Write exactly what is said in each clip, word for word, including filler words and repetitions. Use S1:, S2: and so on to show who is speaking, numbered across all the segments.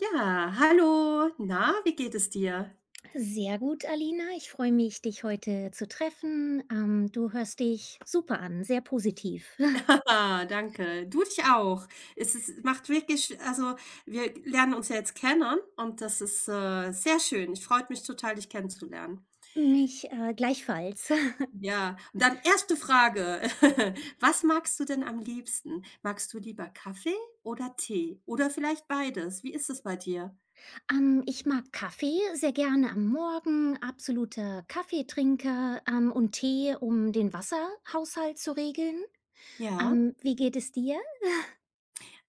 S1: Ja, hallo. Na, wie geht es dir?
S2: Sehr gut, Alina. Ich freue mich, dich heute zu treffen. Ähm, du hörst dich super an, sehr positiv.
S1: Ah, danke. Du dich auch. Es ist, macht wirklich, also wir lernen uns ja jetzt kennen und das ist äh, sehr schön. Ich freut mich total, dich kennenzulernen.
S2: Mich äh, gleichfalls.
S1: Ja, und dann erste Frage. Was magst du denn am liebsten? Magst du lieber Kaffee oder Tee? Oder vielleicht beides? Wie ist es bei dir?
S2: Ähm, ich mag Kaffee sehr gerne am Morgen, absoluter Kaffeetrinker ähm, und Tee, um den Wasserhaushalt zu regeln.
S1: Ja.
S2: Ähm, wie geht es dir?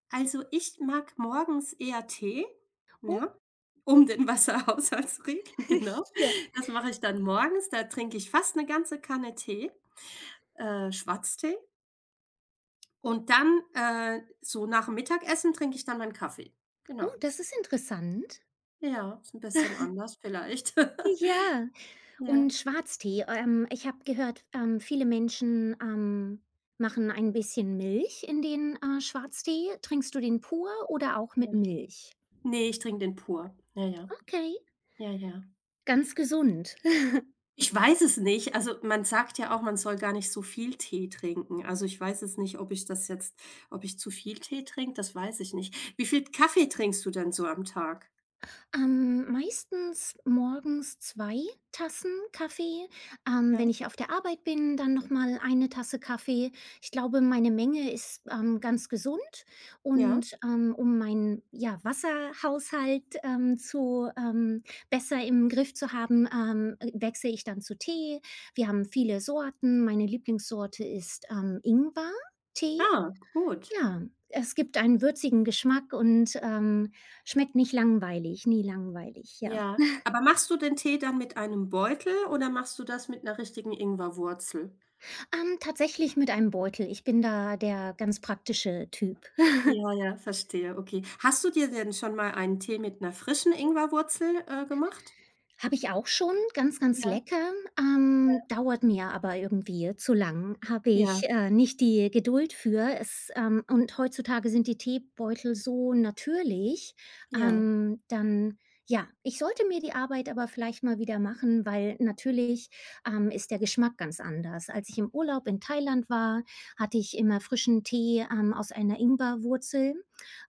S1: Also, ich mag morgens eher Tee,
S2: Oh,
S1: ja, um den Wasserhaushalt zu regeln, genau.
S2: ja.
S1: Das mache ich dann morgens, da trinke ich fast eine ganze Kanne Tee, äh, Schwarztee. Und dann, äh, so nach'm Mittagessen trinke ich dann meinen Kaffee.
S2: Oh,
S1: Genau.
S2: das
S1: So.
S2: ist interessant.
S1: Ja, ist ein bisschen anders vielleicht.
S2: Ja.
S1: Ja,
S2: Und Schwarztee, ähm, ich habe gehört, ähm, viele Menschen, ähm, machen ein bisschen Milch in den, äh, Schwarztee. Trinkst du den pur oder auch
S1: ja.
S2: mit Milch?
S1: Ne, ich trinke den pur. Ja, ja.
S2: Okay,
S1: Ja, ja.
S2: ganz gesund.
S1: Ich weiß es nicht. Also, man sagt ja auch, man soll gar nicht so viel Tee trinken. Also, ich weiß es nicht, ob ich das jetzt ob ich zu viel Tee trinke, das weiß ich nicht. Wie viel Kaffee trinkst du denn so am Tag?
S2: Ähm, meistens morgens zwei Tassen Kaffee. Ähm,
S1: Ja?
S2: wenn ich auf der Arbeit bin, dann noch mal eine Tasse Kaffee. Ich glaube, meine Menge ist, ähm, ganz gesund
S1: Ja?
S2: und, ähm, um meinen, ja, Wasserhaushalt, ähm, zu ähm, besser im Griff zu haben, ähm, äh, wechsle ich dann zu Tee. Wir haben viele Sorten. Meine Lieblingssorte ist, ähm, Ingwertee.
S1: Ah, gut.
S2: Ja, es gibt einen würzigen Geschmack und, ähm, schmeckt nicht langweilig, nie langweilig, ja.
S1: Ja. Aber machst du den Tee dann mit einem Beutel oder machst du das mit einer richtigen Ingwerwurzel?
S2: Ähm, tatsächlich mit einem Beutel. Ich bin da der ganz praktische Typ.
S1: Ja, ja, verstehe, okay. Hast du dir denn schon mal einen Tee mit einer frischen Ingwerwurzel, äh, gemacht?
S2: Habe ich auch schon, ganz, ganz
S1: Ja,
S2: lecker.
S1: ja.
S2: Ähm, dauert mir aber irgendwie zu lang. Habe ich,
S1: Ja,
S2: äh, nicht die Geduld für. Es, ähm und heutzutage sind die Teebeutel so natürlich.
S1: ja,
S2: Ähm, dann ja, ich sollte mir die Arbeit aber vielleicht mal wieder machen, weil natürlich, ähm, ist der Geschmack ganz anders. Als ich im Urlaub in Thailand war, hatte ich immer frischen Tee, ähm, aus einer Ingwerwurzel.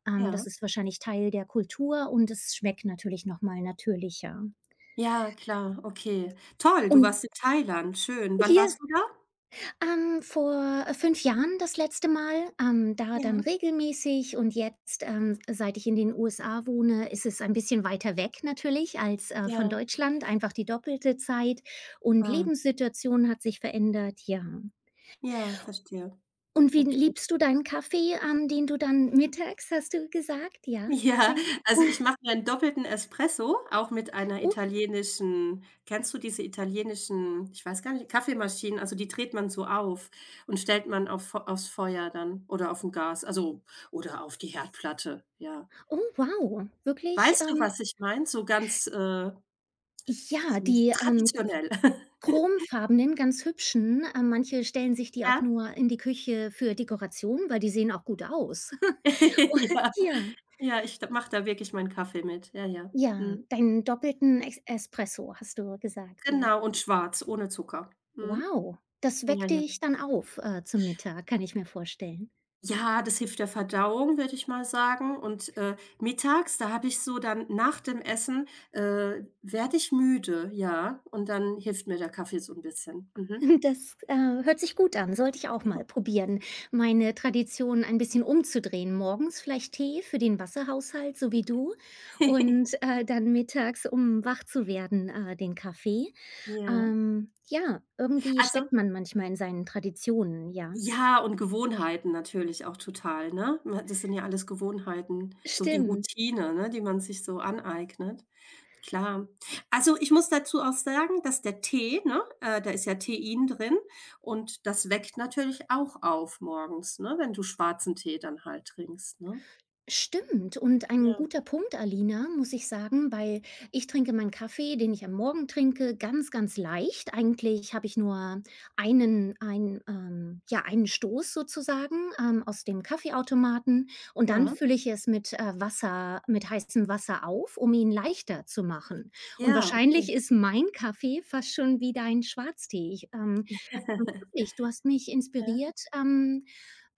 S2: Ähm,
S1: ja.
S2: das ist wahrscheinlich Teil der Kultur und es schmeckt natürlich noch mal natürlicher.
S1: Ja, klar, okay. Toll, du
S2: Und
S1: warst in Thailand, schön. Wann
S2: hier,
S1: warst du da?
S2: ähm, vor äh, fünf Jahren das letzte Mal, ähm, da dann
S1: Ja,
S2: regelmäßig und jetzt, ähm, seit ich in den U S A wohne, ist es ein bisschen weiter weg natürlich als, äh, von
S1: ja,
S2: Deutschland, einfach die doppelte Zeit und
S1: ah,
S2: Lebenssituation hat sich verändert, ja.
S1: ja, verstehe.
S2: Und wie
S1: Okay.
S2: liebst du deinen Kaffee, ähm, den du dann mittags, hast du gesagt, ja,
S1: Ja,
S2: trinkst?
S1: also ich mache mir einen doppelten Espresso, auch mit einer
S2: Oh,
S1: italienischen kennst du diese italienischen, ich weiß gar nicht, Kaffeemaschinen, also die dreht man so auf und stellt man auf Fe aufs Feuer dann oder auf dem Gas, also oder auf die Herdplatte, ja.
S2: oh wow, wirklich,
S1: Weißt du,
S2: ähm
S1: was ich meine? So ganz, äh, wie
S2: ja,
S1: soll man sa
S2: die, ähm
S1: traditionell.
S2: chromfarbenen, ganz hübschen. Äh, manche stellen sich die auch
S1: Ja?
S2: nur in die Küche für Dekoration, weil die sehen auch gut aus. Und
S1: Ja,
S2: ja,
S1: ja, ich d mache da wirklich meinen Kaffee mit. Ja, ja.
S2: ja,
S1: Mhm.
S2: deinen doppelten Ex Espresso hast du gesagt, ja.
S1: Genau, und schwarz, ohne Zucker. Mhm.
S2: Wow, das
S1: Ja,
S2: weckt
S1: ja.
S2: dich dann auf, äh, zum Mittag, kann ich mir vorstellen.
S1: Ja, das hilft der Verdauung, würde ich mal sagen. Und, äh, mittags, da habe ich so dann nach dem Essen, äh, werde ich müde, ja, und dann hilft mir der Kaffee so ein bisschen. Mhm.
S2: Das, äh, hört sich gut an, sollte ich auch mal probieren, meine Tradition ein bisschen umzudrehen. Morgens vielleicht Tee für den Wasserhaushalt, so wie du, und, äh, dann mittags, um wach zu werden, äh, den Kaffee.
S1: Ja.
S2: Ähm, ja, irgendwie
S1: Also
S2: steckt man manchmal in seinen Traditionen, ja.
S1: ja, und Gewohnheiten natürlich auch total, ne? Ma das sind ja alles Gewohnheiten, so die
S2: Stimmt.
S1: Routine, ne, die man sich so aneignet. Klar. Also, ich muss dazu auch sagen, dass der Tee, ne, äh, da ist ja Tein drin und das weckt natürlich auch auf morgens, ne, wenn du schwarzen Tee dann halt trinkst, ne?
S2: Stimmt und ein
S1: Ja,
S2: guter Punkt, Alina, muss ich sagen, weil ich trinke meinen Kaffee, den ich am Morgen trinke, ganz, ganz leicht. Eigentlich habe ich nur einen ein, ähm ja, einen Stoß sozusagen, ähm, aus dem Kaffeeautomaten und dann
S1: ja,
S2: fülle ich es mit, äh, Wasser mit heißem Wasser auf, um ihn leichter zu machen. Und
S1: ja,
S2: wahrscheinlich
S1: okay.
S2: ist mein Kaffee fast schon wie dein Schwarztee. Ich, ähm, Aber wirklich, du hast mich
S1: Ja,
S2: inspiriert, ähm,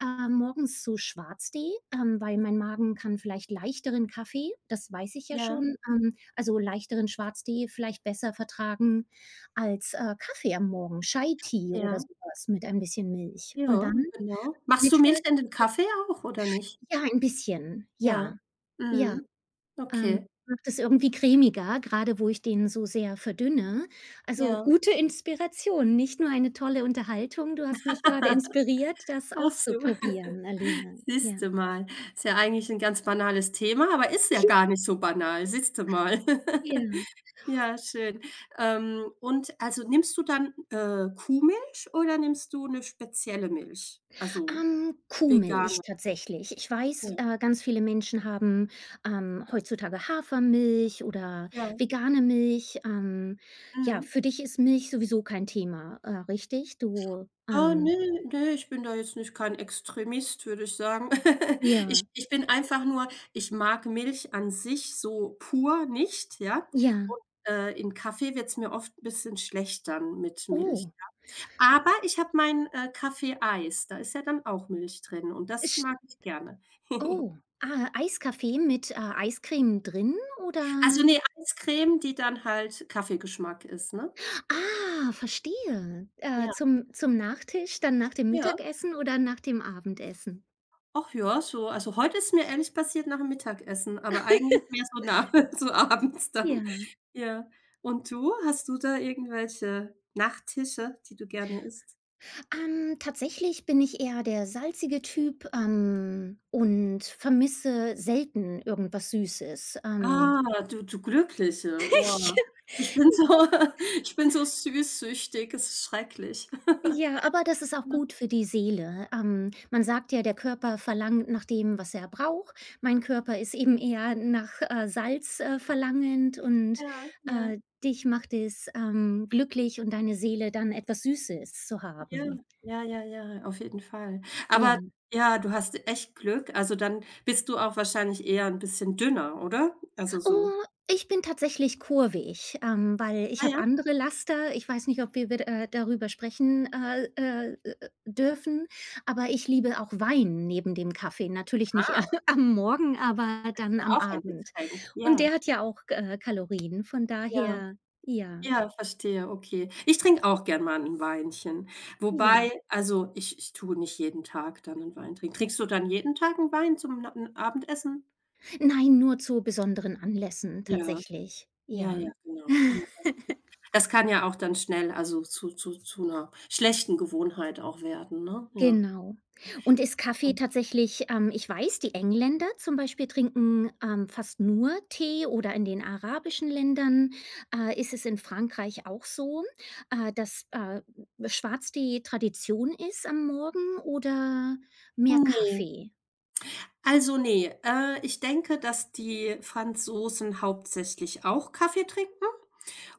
S2: äh, morgens zu Schwarztee, ähm, weil mein Magen kann vielleicht leichteren Kaffee, das weiß ich ja
S1: ja,
S2: schon, ähm, also leichteren Schwarztee vielleicht besser vertragen als, äh, Kaffee am Morgen, Chai-Tee oder
S1: ja,
S2: sowas mit ein bisschen Milch. Und dann
S1: ja, genau. Machst du
S2: mittags
S1: Milch in den Kaffee auch oder nicht?
S2: ja, ein bisschen, ja,
S1: Ja.
S2: ja.
S1: Mhm.
S2: Ähm,
S1: Okay,
S2: Macht es irgendwie cremiger, gerade wo ich den so sehr verdünne. Also,
S1: ja.
S2: gute Inspiration, nicht nur eine tolle Unterhaltung. Du hast mich gerade inspiriert, das
S1: Ach so.
S2: auszuprobieren, Aline. Ja.
S1: Siehst mal. Ist ja eigentlich ein ganz banales Thema, aber ist ja gar nicht so banal. Siehst mal.
S2: Ja.
S1: Ja, schön. Ähm, und also nimmst du dann, äh, Kuhmilch oder nimmst du 'ne spezielle Milch? Also
S2: Ähm,
S1: vegane?
S2: Kuhmilch tatsächlich. Ich weiß,
S1: Ja,
S2: äh, ganz viele Menschen haben, ähm, heutzutage Hafermilch oder
S1: ja.
S2: vegane Milch. Ähm, ja,
S1: Mhm.
S2: für dich ist Milch sowieso kein Thema, äh, richtig? Du,
S1: Oh,
S2: ähm
S1: ne, ne, ich bin da jetzt nicht kein Extremist, würde ich sagen. Ich
S2: ja,
S1: ich bin einfach nur ich mag Milch an sich so pur nicht, ja?
S2: ja.
S1: Und, äh, in Kaffee wird es mir oft ein bisschen schlecht dann mit Milch.
S2: Oh,
S1: Aber ich habe mein äh, Kaffee-Eis, da ist ja dann auch Milch drin und das mag ich gerne.
S2: oh, ah, Eiskaffee mit, äh, Eiscreme drin oder
S1: Also, ne, Eiscreme, die dann halt Kaffeegeschmack ist, ne?
S2: ah, verstehe. Äh,
S1: Ja,
S2: zum zum Nachtisch, dann nach dem
S1: ja.
S2: Mittagessen oder nach dem Abendessen?
S1: Ach ja, so also, heute ist mir ehrlich passiert nach'm Mittagessen, aber eigentlich mehr so nach so abends dann.
S2: Ja.
S1: Ja. Und du? Hast du da irgendwelche Nachtische, die du gerne isst?
S2: Ähm, tatsächlich bin ich eher der salzige Typ, ähm, und vermisse selten irgendwas Süßes. Ähm
S1: Ah, du du Glückliche. Oh, ich bin so ich bin so süßsüchtig, es ist schrecklich.
S2: Ja, aber das ist auch gut für die Seele. Ähm, man sagt ja, der Körper verlangt nach dem, was er braucht. Mein Körper ist eben eher nach, äh, Salz, äh, verlangend und,
S1: Ja, ja.
S2: äh, dich macht es, ähm, glücklich und deine Seele, dann etwas Süßes zu
S1: Ja,
S2: haben.
S1: ja, ja, ja, auf jeden Fall.
S2: Ja.
S1: Aber ja, du hast echt Glück. Also, dann bist du auch wahrscheinlich eher ein bisschen dünner, oder? Also, so
S2: Oh, ich bin tatsächlich kurvig, ähm, weil ich
S1: ah
S2: habe
S1: ja?
S2: andere Laster. Ich weiß nicht, ob wir wir, äh, darüber sprechen, äh, äh, äh, dürfen, aber ich liebe auch Wein neben dem Kaffee. Natürlich nicht
S1: Ah,
S2: am Morgen, aber
S1: ist
S2: dann
S1: ja
S2: am
S1: auch ein
S2: Abend.
S1: Getränk.
S2: Und
S1: Ja,
S2: der hat ja auch, äh, Kalorien. Von
S1: ja,
S2: daher ja,
S1: ja, verstehe, okay. Ich trinke auch gern mal 'n Weinchen.
S2: ja.
S1: Wobei also, ich ich tue nicht jeden Tag dann einen Wein trinken. Trinkst du dann jeden Tag einen Wein zum Na Abendessen?
S2: Nein, nur zu besonderen Anlässen
S1: Ja,
S2: tatsächlich,
S1: ja,
S2: ja.
S1: ja, genau. Ja, okay. Das kann ja auch dann schnell also, zu zu zu einer schlechten Gewohnheit auch werden, ne? Ja.
S2: Genau. Und ist Kaffee tatsächlich ähm, ich weiß, die Engländer zum Beispiel trinken, ähm, fast nur Tee oder in den arabischen Ländern, äh, ist es in Frankreich auch so, äh, dass, äh, Schwarztee Tradition ist am Morgen oder mehr
S1: Ne,
S2: Kaffee?
S1: also, ne. Äh, ich denke, dass die Franzosen hauptsächlich auch Kaffee trinken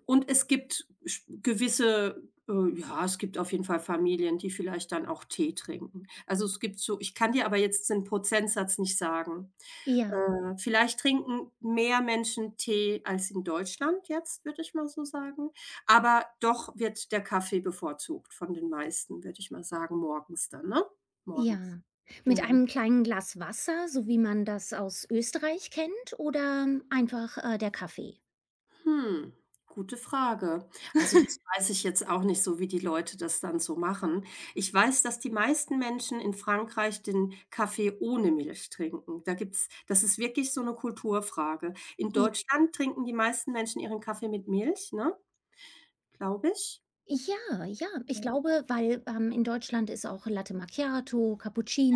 S1: und es gibt sch gewisse äh, ja, es gibt auf jeden Fall Familien, die vielleicht dann auch Tee trinken. Also, es gibt so ich kann dir aber jetzt den Prozentsatz nicht sagen.
S2: Ja,
S1: Äh, vielleicht trinken mehr Menschen Tee als in Deutschland jetzt, würde ich mal so sagen. Aber doch wird der Kaffee bevorzugt von den meisten, würde ich mal sagen, morgens dann, ne? Morgens,
S2: ja. Mit
S1: ja.
S2: einem kleinen Glas Wasser, so wie man das aus Österreich kennt oder einfach, äh, der Kaffee?
S1: Hm, gute Frage. Also, das weiß ich jetzt auch nicht so, wie die Leute das dann so machen. Ich weiß, dass die meisten Menschen in Frankreich den Kaffee ohne Milch trinken. Da gibt's das ist wirklich so eine Kulturfrage. In Deutschland trinken die meisten Menschen ihren Kaffee mit Milch, ne, glaube ich.
S2: Ja, ja, ich
S1: Ja.
S2: glaube, weil, ähm, in Deutschland ist auch Latte Macchiato,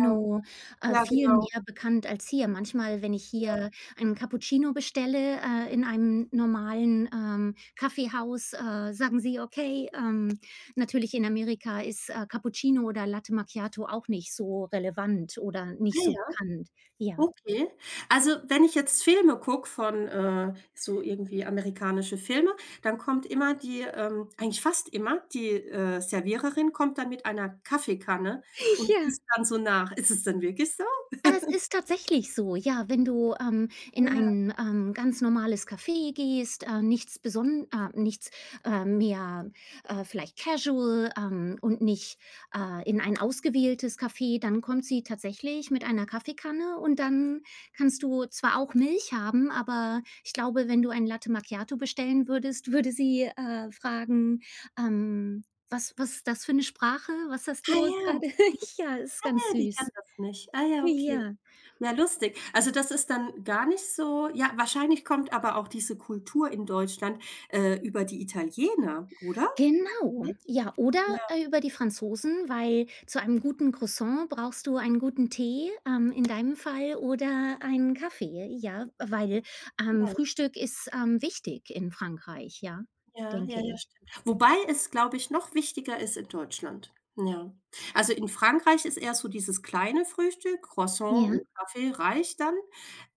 S1: Ja,
S2: äh,
S1: ja,
S2: viel
S1: genau.
S2: mehr bekannt als hier. Manchmal, wenn ich hier einen Cappuccino bestelle, äh, in einem normalen, ähm, Kaffeehaus, äh, sagen sie: „Okay“, ähm, natürlich in Amerika ist, äh, Cappuccino oder Latte Macchiato auch nicht so relevant oder
S1: Ah
S2: nicht so
S1: ja.
S2: bekannt. Ja.
S1: Okay. Also, wenn ich jetzt Filme gucke von, äh, so irgendwie amerikanische Filme, dann kommt immer die ähm, eigentlich fast immer die, äh, Serviererin kommt dann mit einer Kaffeekanne und
S2: Ja.
S1: gießt dann so nach. Ist es denn wirklich so?
S2: Ah, es ist tatsächlich so, ja, wenn du, ähm, in
S1: Oder
S2: ein, ähm, ganz normales Café gehst, äh, nichts beson äh, nichts, äh, mehr, äh, vielleicht casual, ähm, und nicht, äh, in ein ausgewähltes Café, dann kommt sie tatsächlich mit einer Kaffeekanne und dann kannst du zwar auch Milch haben, aber ich glaube, wenn du ein Latte Macchiato bestellen würdest, würde sie, äh, fragen, ähm: „Was was ist das für eine Sprache? Was hast
S1: ah
S2: du
S1: ja,
S2: gerade?“ Ja, ist ganz
S1: ah, die kann
S2: süß.
S1: das nicht. Ah ja, okay.
S2: Ja.
S1: Ja, lustig. Also, das ist dann gar nicht so ja, wahrscheinlich kommt aber auch diese Kultur in Deutschland, äh, über die Italiener, oder?
S2: Genau,
S1: Nicht?
S2: ja, oder,
S1: Ja,
S2: äh, über die Franzosen, weil zu einem guten Croissant brauchst du einen guten Tee, ähm, in deinem Fall oder einen Kaffee, ja, weil, ähm,
S1: ja.
S2: Frühstück ist, ähm, wichtig in Frankreich, ja,
S1: Ja, ja,
S2: denke
S1: ja,
S2: ich.
S1: stimmt. Wobei es, glaube ich, noch wichtiger ist in Deutschland. Ja. Also, in Frankreich ist eher so dieses kleine Frühstück,
S2: Ja,
S1: Croissant und Kaffee reicht dann.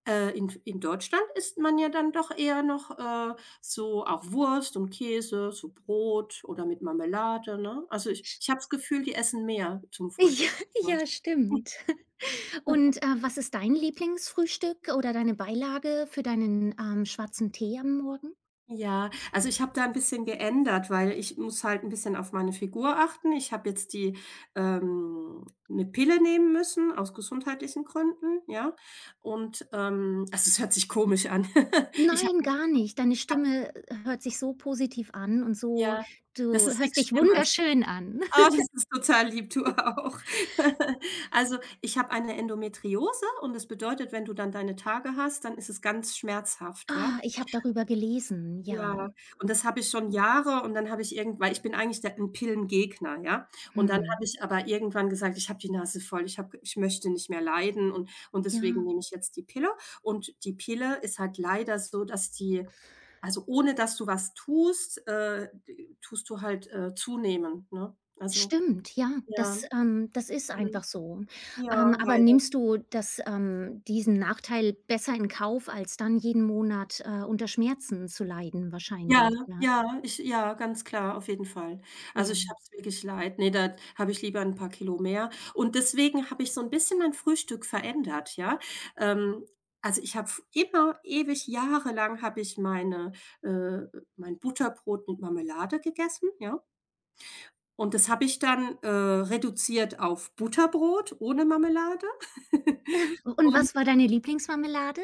S1: Äh, in in Deutschland isst man ja dann doch eher noch, äh, so auch Wurst und Käse, so Brot oder mit Marmelade, ne? Also, ich ich habe das Gefühl, die essen mehr zum
S2: ja,
S1: Frühstück in
S2: ja,
S1: Deutschland.
S2: stimmt. Und, äh, was ist dein Lieblingsfrühstück oder deine Beilage für deinen, ähm, schwarzen Tee am Morgen?
S1: Ja, also ich habe da ein bisschen geändert, weil ich muss halt ein bisschen auf meine Figur achten. Ich habe jetzt die ähm, 'ne Pille nehmen müssen aus gesundheitlichen Gründen, ja? Und, ähm also, es hört sich komisch an. Ich habe
S2: Nein,
S1: 'ne
S2: gar nicht. Deine
S1: ich habe
S2: Stimme hört sich so positiv an und
S1: ich habe
S2: so
S1: ja, das
S2: du
S1: ist
S2: hörst
S1: nix
S2: dich
S1: Schlimmes.
S2: wunderschön an.
S1: Oh, das ist total lieb, du auch. Also, ich habe eine Endometriose und das bedeutet, wenn du dann deine Tage hast, dann ist es ganz schmerzhaft, ja?
S2: Ah, ich habe darüber gelesen,
S1: Ja,
S2: ja.
S1: und das habe ich schon Jahre und dann habe ich irgend weil ich bin eigentlich der 'n Pillengegner, ja? Und dann
S2: Mhm.
S1: habe ich aber irgendwann gesagt: „Ich habe die Nase voll, ich habe ich möchte nicht mehr leiden und und
S2: Ja,
S1: deswegen nehme ich jetzt die Pille.“ Und die Pille ist halt leider so, dass die also, ohne dass du was tust, äh, d tust du halt, äh, zunehmen, ne? Also
S2: stimmt, ja.
S1: ja,
S2: Das, ähm das ist
S1: mhm,
S2: einfach so.
S1: ja,
S2: Ähm, aber
S1: leider.
S2: nimmst du das ähm, diesen Nachteil besser in Kauf, als dann jeden Monat, äh, unter Schmerzen zu leiden
S1: Ja,
S2: wahrscheinlich, ne?
S1: ja, ich ja, ganz klar, auf jeden Fall. Also,
S2: Ja.
S1: ich habe es wirklich leid. Ne, da habe ich lieber 'n paar Kilo mehr. Und deswegen habe ich so 'n bisschen mein Frühstück verändert, ja. Ähm, also, ich habe f immer ewig jahrelang habe ich meine äh, mein Butterbrot mit Marmelade gegessen, ja. Und das habe ich dann, äh, reduziert auf Butterbrot ohne Marmelade
S2: Und
S1: und,
S2: was war deine Lieblingsmarmelade?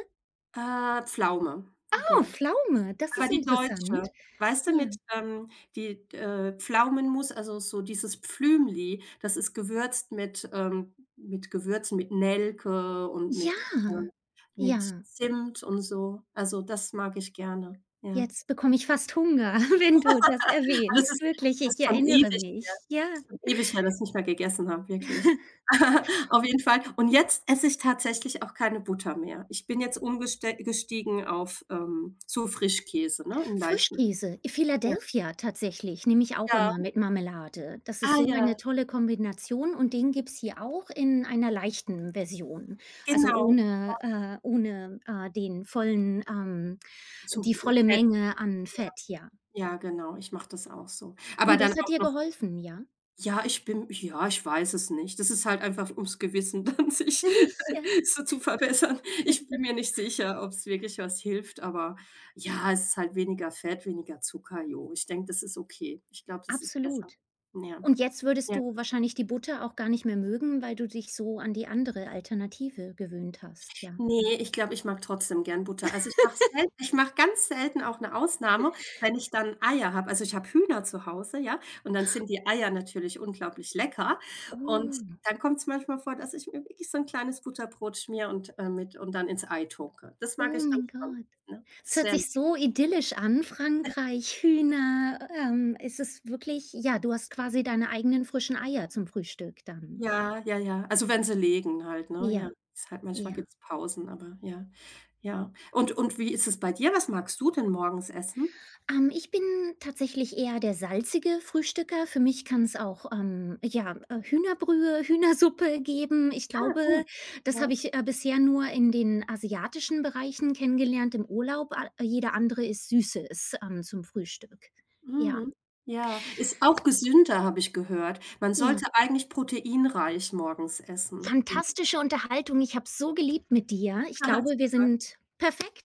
S1: äh, Pflaume,
S2: Oh,
S1: ja.
S2: Pflaume, das
S1: Aber
S2: ist
S1: die deutsche,
S2: interessant.
S1: weißt du,
S2: Ja.
S1: mit, ähm, die, äh, Pflaumenmus, also so dieses Pflümli, das ist gewürzt mit, ähm mit Gewürzen, mit Nelke und
S2: Ja,
S1: mit, äh mit
S2: ja.
S1: Zimt und so. Also, das mag ich gerne, ja.
S2: Jetzt bekomme ich fast Hunger, wenn du das
S1: Aber das
S2: erwähnst.
S1: ist
S2: Wirklich,
S1: das
S2: ich
S1: ist schon
S2: erinnere
S1: ewig her.
S2: mich. Ja.
S1: Ist schon ewig her, dass ich nicht mehr gegessen habe, wirklich. Auf jeden Fall. Und jetzt esse ich tatsächlich auch keine Butter mehr. Ich bin jetzt umgestiegen auf, ähm, so Frischkäse, ne, einen leichten.
S2: Frischkäse,
S1: Ja.
S2: Philadelphia tatsächlich, nehme ich auch
S1: Ja.
S2: immer mit Marmelade. Das ist
S1: Ah
S2: so
S1: ja,
S2: eine tolle Kombination und den gibt's hier auch in einer leichten Version. Also
S1: genau,
S2: ohne äh, ohne, äh, den vollen ähm,
S1: zu
S2: die
S1: g äh,
S2: volle
S1: Fett.
S2: Menge an Fett, ja.
S1: Ja, genau, ich mache das auch so. Aber
S2: Und
S1: dann
S2: das hat
S1: auch
S2: dir
S1: noch:
S2: geholfen, ja?
S1: „Ja, ich bin ja, ich weiß es nicht.“ Das ist halt einfach ums Gewissen dann sich
S2: Ja.
S1: so zu verbessern. Ich bin mir nicht sicher, ob es wirklich was hilft, aber ja, es ist halt weniger Fett, weniger Zucker, jo. Ich denke, das ist okay. Ich glaube, das ist besser.
S2: Absolut.
S1: Ja.
S2: Und jetzt würdest
S1: Ja.
S2: du wahrscheinlich die Butter auch gar nicht mehr mögen, weil du dich so an die andere Alternative gewöhnt hast, ja.
S1: Ne, ich glaube, ich mag trotzdem gern Butter. Also, ich mache selten ich mache ganz selten auch 'ne Ausnahme, wenn ich dann Eier habe. Also, ich habe Hühner zu Hause, ja, und dann sind die Eier natürlich unglaublich lecker. Und
S2: Oh,
S1: dann kommt's manchmal vor, dass ich mir wirklich so 'n kleines Butterbrot schmiere und, äh, mit und dann ins Ei tunke. Das mag
S2: oh
S1: ich dann
S2: mein
S1: schon,
S2: Gott.
S1: ne?
S2: Es
S1: Das
S2: hört
S1: wäre
S2: sich so idyllisch an, Frankreich, Hühner. Ähm, es ist wirklich ja, du hast quasi deine eigenen frischen Eier zum Frühstück dann.
S1: ja, ja, ja. Also, wenn sie legen halt, ne? Ja,
S2: Ja,
S1: ist halt manchmal
S2: ja.
S1: gibt's Pausen, aber ja, ja. Und und wie ist es bei dir? Was magst du denn morgens essen?
S2: Ähm, ich bin tatsächlich eher der salzige Frühstücker. Für mich kann es auch, ähm, ja, äh, Hühnerbrühe, Hühnersuppe geben. Ich
S1: Ah,
S2: glaube,
S1: gut.
S2: das
S1: Ja.
S2: habe ich, äh, bisher nur in den asiatischen Bereichen kennengelernt im Urlaub. A jeder andere ist Süßes, ähm, zum Frühstück. Ja,
S1: Mhm. Ja, ist auch gesünder, habe ich gehört. Man
S2: ja.
S1: sollte eigentlich proteinreich morgens essen. Mhm.
S2: Fantastische Unterhaltung. Ich habe es so geliebt mit dir. Ich glaube, wir
S1: Super.
S2: sind perfekt.